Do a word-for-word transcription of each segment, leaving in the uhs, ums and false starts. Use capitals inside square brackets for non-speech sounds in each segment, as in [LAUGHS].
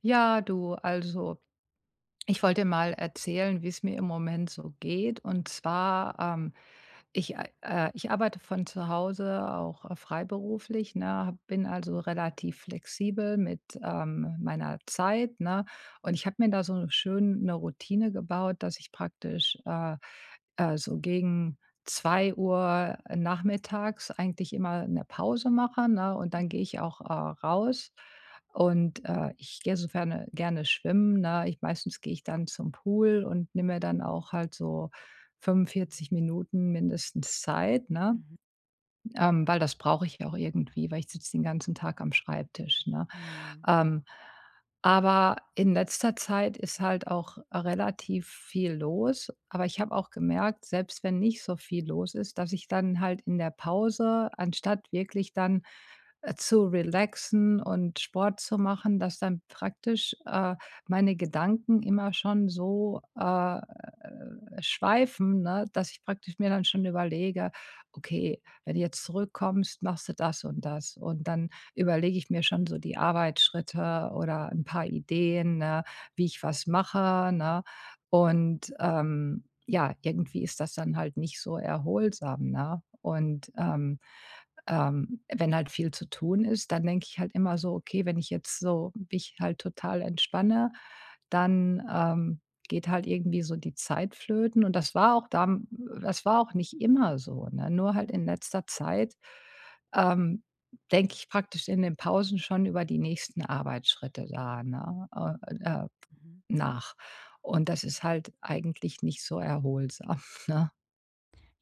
Ja, du, also ich wollte mal erzählen, wie es mir im Moment so geht. Und zwar, ähm, ich, ei- äh, ich arbeite von zu Hause auch äh, freiberuflich, ne, hab- bin also relativ flexibel mit ähm, meiner Zeit, ne, und ich habe mir da so schön eine Routine gebaut, dass ich praktisch äh, äh, so gegen zwei Uhr nachmittags eigentlich immer eine Pause mache, ne, und dann gehe Mhm, ich auch äh, raus und, äh, ich gehe sofern gerne schwimmen, ne? Ich meistens gehe ich dann zum Pool und nehme mir dann auch halt so fünfundvierzig Minuten mindestens Zeit, ne? mhm, Ähm, weil das brauche ich ja auch irgendwie, weil ich sitze den ganzen Tag am Schreibtisch, ne? mhm, Ähm, aber in letzter Zeit ist halt auch relativ viel los, aber ich habe auch gemerkt, selbst wenn nicht so viel los ist, dass ich dann halt in der Pause, anstatt wirklich dann äh, zu relaxen und Sport zu machen, dass dann praktisch, äh, meine Gedanken immer schon so, äh, äh, schweifen, ne, dass ich praktisch mir dann schon überlege: „Okay, wenn du jetzt zurückkommst, machst du das und das.“ Und dann überlege ich mir schon so die Arbeitsschritte oder ein paar Ideen, ne, wie ich was mache, ne? Und, ähm, ja, irgendwie ist das dann halt nicht so erholsam, ne? Und, ähm ähm, wenn halt viel zu tun ist, dann denke ich halt immer so: „Okay, wenn ich jetzt so mich halt total entspanne, dann, ähm, geht halt irgendwie so die Zeit flöten.“ Und das war auch da, das war auch nicht immer so, ne? Nur halt in mhm, letzter Zeit, ähm, denke ich praktisch in den Pausen schon über die nächsten Arbeitsschritte da, ne, äh, mhm, äh, mhm. nach. Und das ist halt eigentlich nicht so erholsam. [LAUGHS]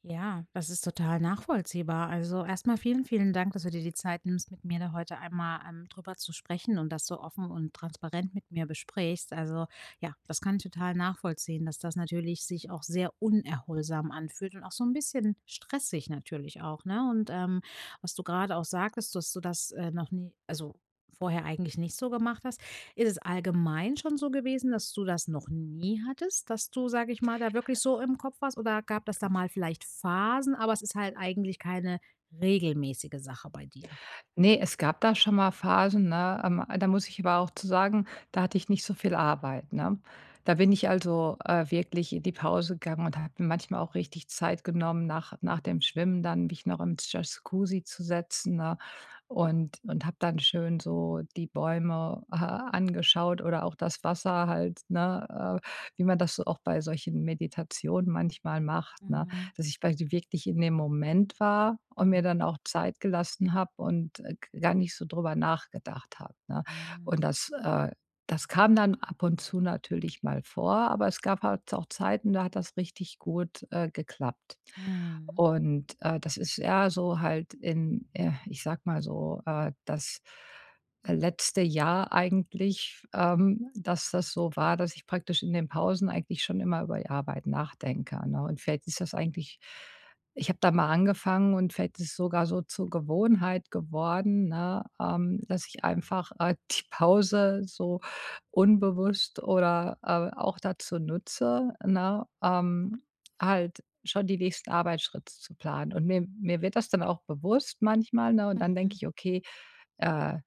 Ja, das ist total nachvollziehbar. Also erstmal vielen, vielen Dank, dass du dir die Zeit nimmst, mit mir da heute einmal, ähm, drüber zu sprechen und das so offen und transparent mit mir besprichst. Also, ja, das kann ich total nachvollziehen, dass das natürlich sich auch sehr unerholsam anfühlt und auch so ein bisschen stressig natürlich auch, ne? Und, ähm, was du gerade auch sagtest, dass du das, äh, noch nie, also vorher eigentlich nicht so gemacht hast. Ist es allgemein schon so gewesen, dass du das noch nie hattest, dass du, sage ich mal, da wirklich so im Kopf warst, oder gab das da mal vielleicht Phasen, aber es ist halt eigentlich keine regelmäßige Sache bei dir? Ne, es gab da schon mal Phasen, ne? Ähm, da muss ich aber auch zu sagen, da hatte ich nicht so viel Arbeit, ne? Da bin ich also, äh, wirklich in die Pause gegangen und habe mir manchmal auch richtig Zeit genommen, nach nach dem Schwimmen dann mich noch im Jacuzzi zu setzen, ne? Und und habe dann schön so die Bäume, äh, angeschaut oder auch das Wasser halt, ne, äh, wie man das so auch bei solchen Meditationen manchmal macht, ne? Mhm, Dass ich vielleicht wirklich in dem Moment war und mir mhm, dann auch Zeit gelassen habe und, äh, gar nicht so drüber nachgedacht habe, ne? mhm, Und das, äh Das kam dann ab und zu natürlich mal vor, aber es gab halt auch Zeiten, da hat das richtig gut, äh, geklappt. mhm, Und, äh, das ist eher so halt in, äh, ich sag mal so, äh, das letzte Jahr eigentlich, ähm, dass das so war, dass ich praktisch in den Pausen eigentlich schon immer über die Arbeit nachdenke, ne? Und vielleicht ist das eigentlich, ich habe da mal angefangen und vielleicht ist es sogar so zur Gewohnheit geworden, ne, ähm, dass ich einfach, äh, [LAUGHS] die Pause so unbewusst oder, äh, auch dazu nutze, ne, ähm, halt schon die nächsten Arbeitsschritte zu planen. Und mir mir wird das dann auch bewusst manchmal, ne, und dann mhm, denke mhm, ich: „Okay, äh“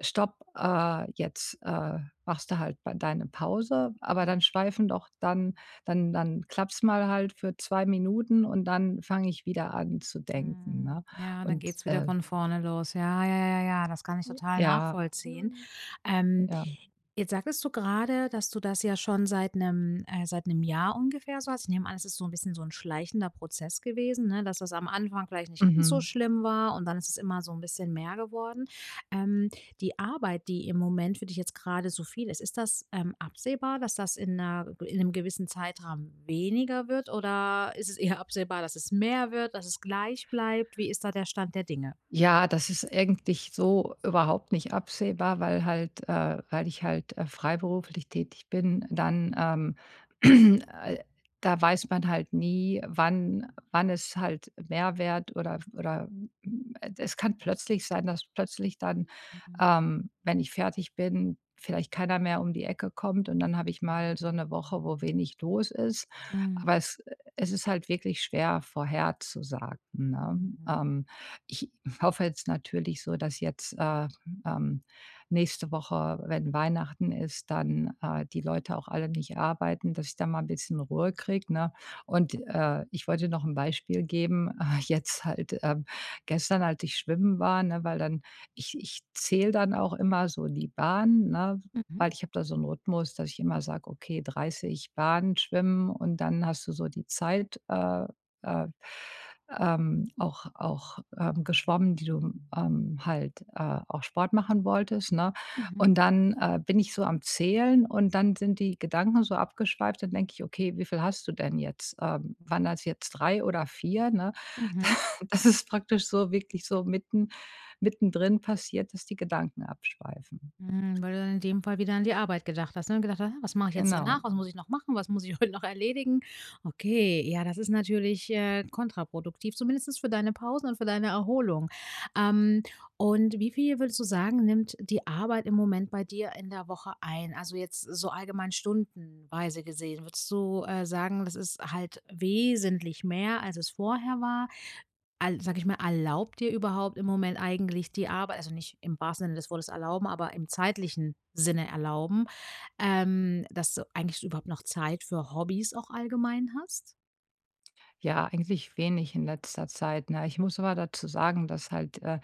Stopp, äh, jetzt, äh, machst du halt bei deine Pause, aber dann schweifen doch dann dann dann klappt's mal halt für zwei Minuten und dann fange ich wieder an zu denken, mhm. ne? Ja, dann Und, geht's wieder äh von vorne los. Ja, ja, ja, ja, das kann ich total ja, nachvollziehen. Ähm, ja, Jetzt sagtest du gerade, dass du das ja schon seit einem äh, seit einem Jahr ungefähr so hast. Ich nehme an, es ist so ein bisschen so ein schleichender Prozess gewesen, ne, dass das am Anfang vielleicht nicht ganz so mhm. schlimm war und dann ist es immer so ein bisschen mehr geworden. Ähm, die Arbeit, die im Moment für dich jetzt gerade so viel ist, ist das, ähm, absehbar, dass das in 'ner in 'nem gewissen Zeitraum weniger wird, oder ist es eher absehbar, dass es mehr wird, dass es gleich bleibt? Wie ist da der Stand der Dinge? Ja, das ist eigentlich so überhaupt nicht absehbar, weil halt äh, weil ich halt, äh, freiberuflich tätig bin, dann, ähm, [CLEARS THROAT] äh, da weiß man halt nie, wann wann es halt Mehrwert oder oder, hm, es kann plötzlich sein, dass plötzlich dann, Mhm. ähm, wenn ich fertig bin, vielleicht keiner mehr um die Ecke kommt und dann habe ich mal so eine Woche, wo wenig los ist. Aber Mhm. es Es ist halt wirklich schwer vorherzusagen, ne? Mhm. Ähm Ich hoffe jetzt natürlich so, dass jetzt, äh, ähm, nächste Woche, wenn Weihnachten ist, dann, äh, die Leute auch alle nicht arbeiten, dass ich da mal ein bisschen Ruhe kriege, ne? Und, äh, ich wollte noch ein Beispiel geben. [LAUGHS] Äh, jetzt halt, ähm, gestern, als ich schwimmen war, ne, weil dann ich ich zähle dann auch immer so die Bahn, ne, Mhm. weil ich habe da so einen Rhythmus, dass ich immer sage: „Okay, dreißig Bahnen schwimmen“, und dann hast du so die Zeit, äh äh, ähm, auch auch, ähm, geschwommen, die du, ähm, halt, äh, auch Sport machen wolltest, ne? Mhm. Und dann, äh, bin ich so am Zählen und dann sind die Gedanken so abgeschweift, dann denke ich: „Okay, wie viel hast du denn jetzt? Ähm, waren das jetzt drei oder vier?“ Ne? Mhm. [LAUGHS] Das ist praktisch so wirklich so mitten mittendrin passiert, dass die Gedanken abschweifen. Hm, weil du dann in dem Fall wieder an die Arbeit gedacht hast, ne? Und gedacht hast: „Ah, was mache ich jetzt Genau. danach? Was muss ich noch machen? Was muss ich [LAUGHS] heute noch erledigen?“ Okay, ja, das ist natürlich, äh, kontraproduktiv, zumindest für deine Pausen und für deine Erholung. Ähm, und wie viel würdest du sagen, nimmt die Arbeit im Moment bei dir in der Woche ein? Also, jetzt so allgemein stundenweise gesehen. Würdest du, äh, sagen, das ist halt wesentlich mehr, als es vorher war? Al, sage ich mal, erlaubt dir überhaupt im Moment eigentlich die Arbeit, also nicht im wahrsten Sinne des Wortes erlauben, aber im zeitlichen Sinne erlauben, ähm, dass du eigentlich überhaupt noch Zeit für Hobbys auch allgemein hast? Ja, eigentlich wenig in letzter Zeit, ne? Ich muss aber dazu sagen, dass halt, äh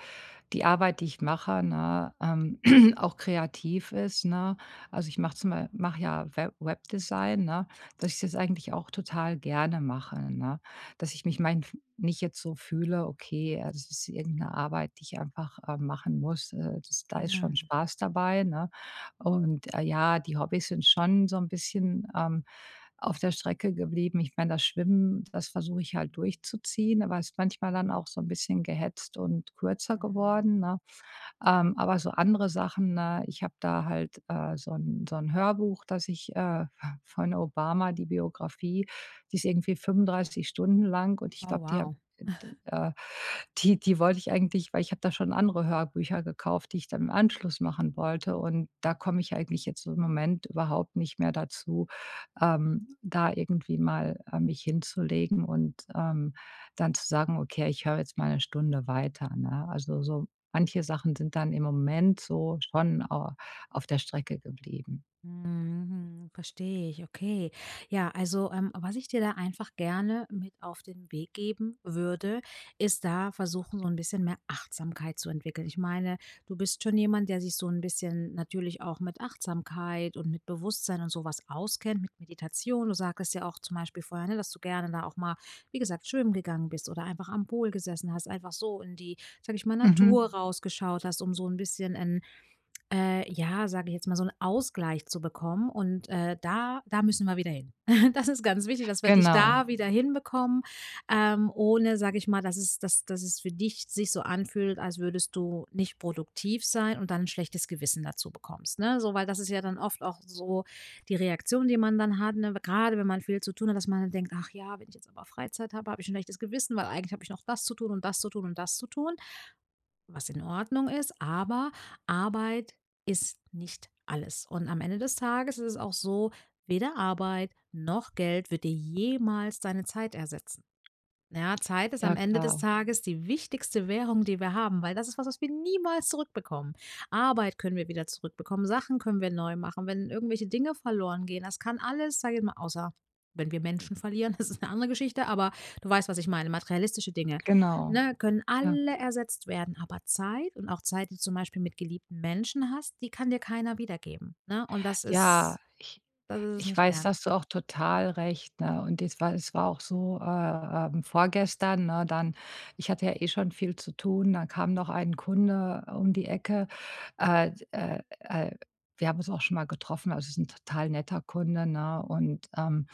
die Arbeit, die ich mache, ne, ähm, [CLEARS THROAT] auch kreativ ist, ne? Also, ich mache zum Beispiel mache ja Web Webdesign, ne, dass ich das eigentlich auch total gerne mache, ne? Dass ich mich mein nicht jetzt so fühle: „Okay, äh, das ist irgendeine Arbeit, die ich einfach, äh, machen muss. Äh, das da ist schon Mhm, Spaß dabei“, ne? Und, äh, ja, die Hobbys sind schon so ein bisschen, ähm auf der Strecke geblieben. Ich meine, das Schwimmen, das versuche ich halt durchzuziehen, aber es ist manchmal dann auch so ein bisschen gehetzt und kürzer mhm. geworden, ne? Ähm, aber so andere Sachen, ne, ich habe da halt, äh, so ein so ein Hörbuch, das ich, äh, [LAUGHS] von Obama, die Biografie, die ist irgendwie fünfunddreißig Stunden lang und ich Oh, glaube, die habe wow. äh, die die wollte ich eigentlich, weil ich habe da schon andere Hörbücher gekauft, die ich dann im Anschluss machen wollte und da komme ich eigentlich jetzt so im Moment überhaupt nicht mehr dazu, ähm, da irgendwie mal, äh, mich hinzulegen und, ähm, dann zu sagen: „Okay, ich höre jetzt mal eine Stunde weiter“, ne? Also, so manche Sachen sind dann im Moment so schon au auf der Strecke geblieben. Mhm, verstehe ich, okay. Ja, also, ähm, was ich dir da einfach gerne mit auf den Weg geben würde, ist da versuchen, so ein bisschen mehr Achtsamkeit zu entwickeln. Ich meine, du bist schon jemand, der sich so ein bisschen natürlich auch mit Achtsamkeit und mit Bewusstsein und sowas auskennt, mit Meditation. Du sagtest ja auch zum Beispiel vorher, ne, dass du gerne da auch mal, wie gesagt, schwimmen gegangen bist oder einfach am Pool gesessen hast, einfach so in die, sage ich mal, Mhm. Natur rausgeschaut hast, um so ein bisschen äh, ja, sage ich jetzt mal, so einen Ausgleich zu bekommen, und, äh, da da müssen wir wieder hin. [LAUGHS] Das ist ganz wichtig, dass wir dich Genau. da wieder hinbekommen, ähm, ohne, sage ich mal, dass es, dass dass es für dich sich so anfühlt, als würdest du nicht produktiv sein und dann ein schlechtes Gewissen dazu bekommst, ne? So, weil das ist ja dann oft auch so die Reaktion, die man dann hat, ne? Grade wenn man viel zu tun hat, dass man dann denkt: „Ach ja, wenn ich jetzt aber Freizeit habe, habe ich ein schlechtes Gewissen, weil eigentlich habe ich noch das zu tun und das zu tun und das zu tun.“ Was in Ordnung ist, aber Arbeit ist nicht alles. Und am Ende des Tages ist es auch so, weder Arbeit noch Geld wird dir jemals deine Zeit ersetzen. Ja, Zeit ist am Ja, Ende des klar. Tages die wichtigste Währung, die wir haben, weil das ist was, was wir niemals zurückbekommen. Arbeit können wir wieder zurückbekommen, Sachen können wir neu machen, wenn irgendwelche Dinge verloren gehen, das kann alles, sage ich mal, außer wenn wir Menschen verlieren, [LAUGHS] das ist eine andere Geschichte, aber du weißt, was ich meine. Materialistische Dinge, Genau. ne, können Ja. alle ersetzt werden, aber Zeit, und auch Zeit, die du zum Beispiel mit geliebten Menschen hast, die kann dir keiner wiedergeben. Ne? Und das Ja, ist, ich das ist es Ich nicht weiß, da wert. hast du auch total recht, ne? Und das war Es war auch so, äh, ähm, vorgestern, ne, dann ich hatte ja eh schon viel zu tun, dann kam noch ein Kunde um die Ecke. Äh, d äh, äh, Wir haben uns auch schon mal getroffen, also ist 'n total netter Kunde, ne? Und, ähm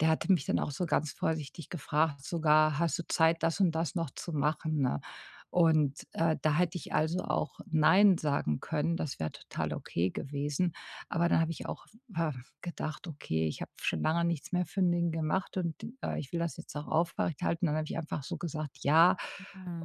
Der hatte mich dann auch so ganz vorsichtig gefragt sogar: „Hast du Zeit, das und das noch zu machen“, ne? Und, äh, da hätte ich also auch nein sagen können, das wäre total okay gewesen. Aber dann habe ich auch, äh, gedacht: „Okay, ich habe schon lange nichts mehr für den gemacht und, äh, ich will das jetzt auch aufrechterhalten.“ Dann habe ich einfach so gesagt: „Ja“,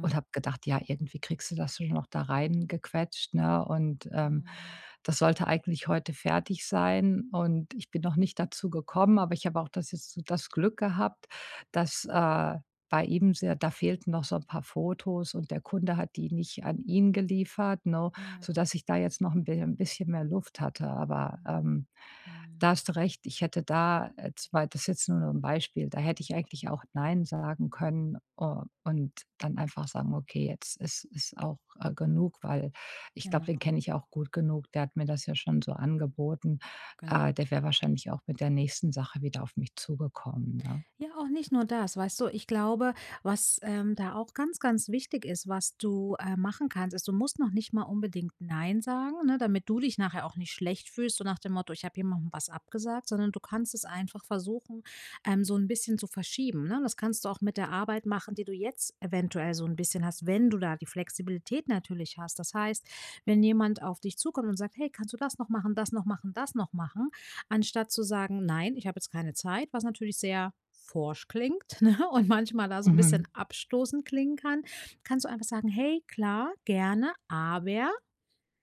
und habe gedacht: „Ja, irgendwie kriegst du das schon noch da reingequetscht“, ne? Und, ähm Mhm. Das sollte eigentlich heute fertig sein und ich bin noch nicht dazu gekommen, aber ich habe auch das jetzt so das Glück gehabt, dass, äh, bei ihm sehr da fehlten noch so ein paar Fotos und der Kunde hat die nicht an ihn geliefert, ne, Mhm. sodass ich da jetzt noch ein bi ein bisschen mehr Luft hatte. Aber, Mhm. ähm, Mhm. da hast du recht, ich hätte da äh, zwar, das ist jetzt nur so ein Beispiel, da hätte ich eigentlich auch nein sagen können, äh, und dann einfach sagen: „Okay, jetzt ist ist auch, äh, genug“, weil ich glaube, den Genau. kenne ich auch gut genug. Der hat mir das ja schon so angeboten. Genau. Äh, der wäre wahrscheinlich auch mit der nächsten Sache wieder auf mich zugekommen, ne? Ja, auch nicht nur das, weißt du, ich glaube, was, ähm, da auch ganz, ganz wichtig ist, was du, äh, machen kannst, ist, du musst noch nicht mal unbedingt „Nein“ sagen, ne, damit du dich nachher auch nicht schlecht fühlst, so nach dem Motto: „Ich habe jemandem was abgesagt“, sondern du kannst es einfach versuchen, ähm, so ein bisschen zu verschieben, ne? Das kannst du auch mit der Arbeit machen, die du jetzt eventuell so ein bisschen hast, wenn du da die Flexibilität natürlich hast. Das heißt, wenn jemand auf dich zukommt und sagt: „Hey, kannst du das noch machen, das noch machen, das noch machen?“ Anstatt zu sagen: „Nein, ich habe jetzt keine Zeit“, was natürlich sehr forsch klingt, [LAUGHS] ne, und manchmal da so ein Mhm. bisschen abstoßend klingen kann, kannst du einfach sagen: „Hey, klar, gerne, aber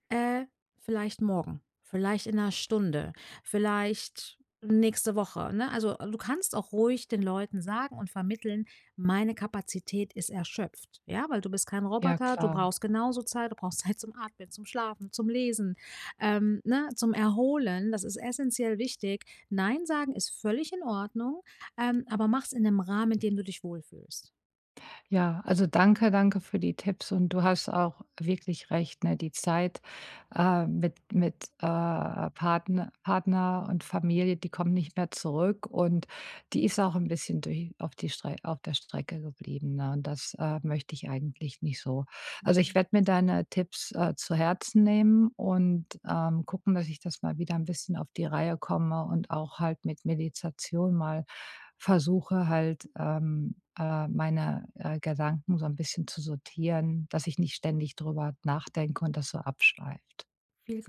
äh, vielleicht morgen, vielleicht in einer Stunde, vielleicht nächste Woche, ne?“ Also, du kannst auch ruhig den Leuten sagen und vermitteln: „Meine Kapazität ist erschöpft“, ja? Weil du bist kein Ja, Roboter, du klar. brauchst genauso Zeit, du brauchst [LAUGHS] Zeit zum Atmen, zum Schlafen, zum Lesen, ähm, ne, zum Erholen. Das ist essentiell wichtig. Nein sagen ist völlig in Ordnung, ähm, aber mach's in 'nem Rahmen, in dem du dich wohlfühlst. Ja, also danke, danke für die Tipps und du hast auch wirklich recht, ne? Die Zeit, äh, mit mit, äh, Partner Partner und Familie, die kommt nicht mehr zurück und die ist auch ein bisschen durch auf die Strei auf der Strecke geblieben, ne? Und das, äh, möchte ich eigentlich nicht so. Also, ich Mhm. werde mir deine Tipps, äh, zu Herzen nehmen und, ähm, gucken, dass ich das mal wieder ein bisschen auf die Reihe komme und auch halt mit Meditation mal versuche halt, ähm, äh, meine, äh, Gedanken so ein bisschen zu sortieren, dass ich nicht ständig drüber nachdenke und das so abschleift. Viel Glück.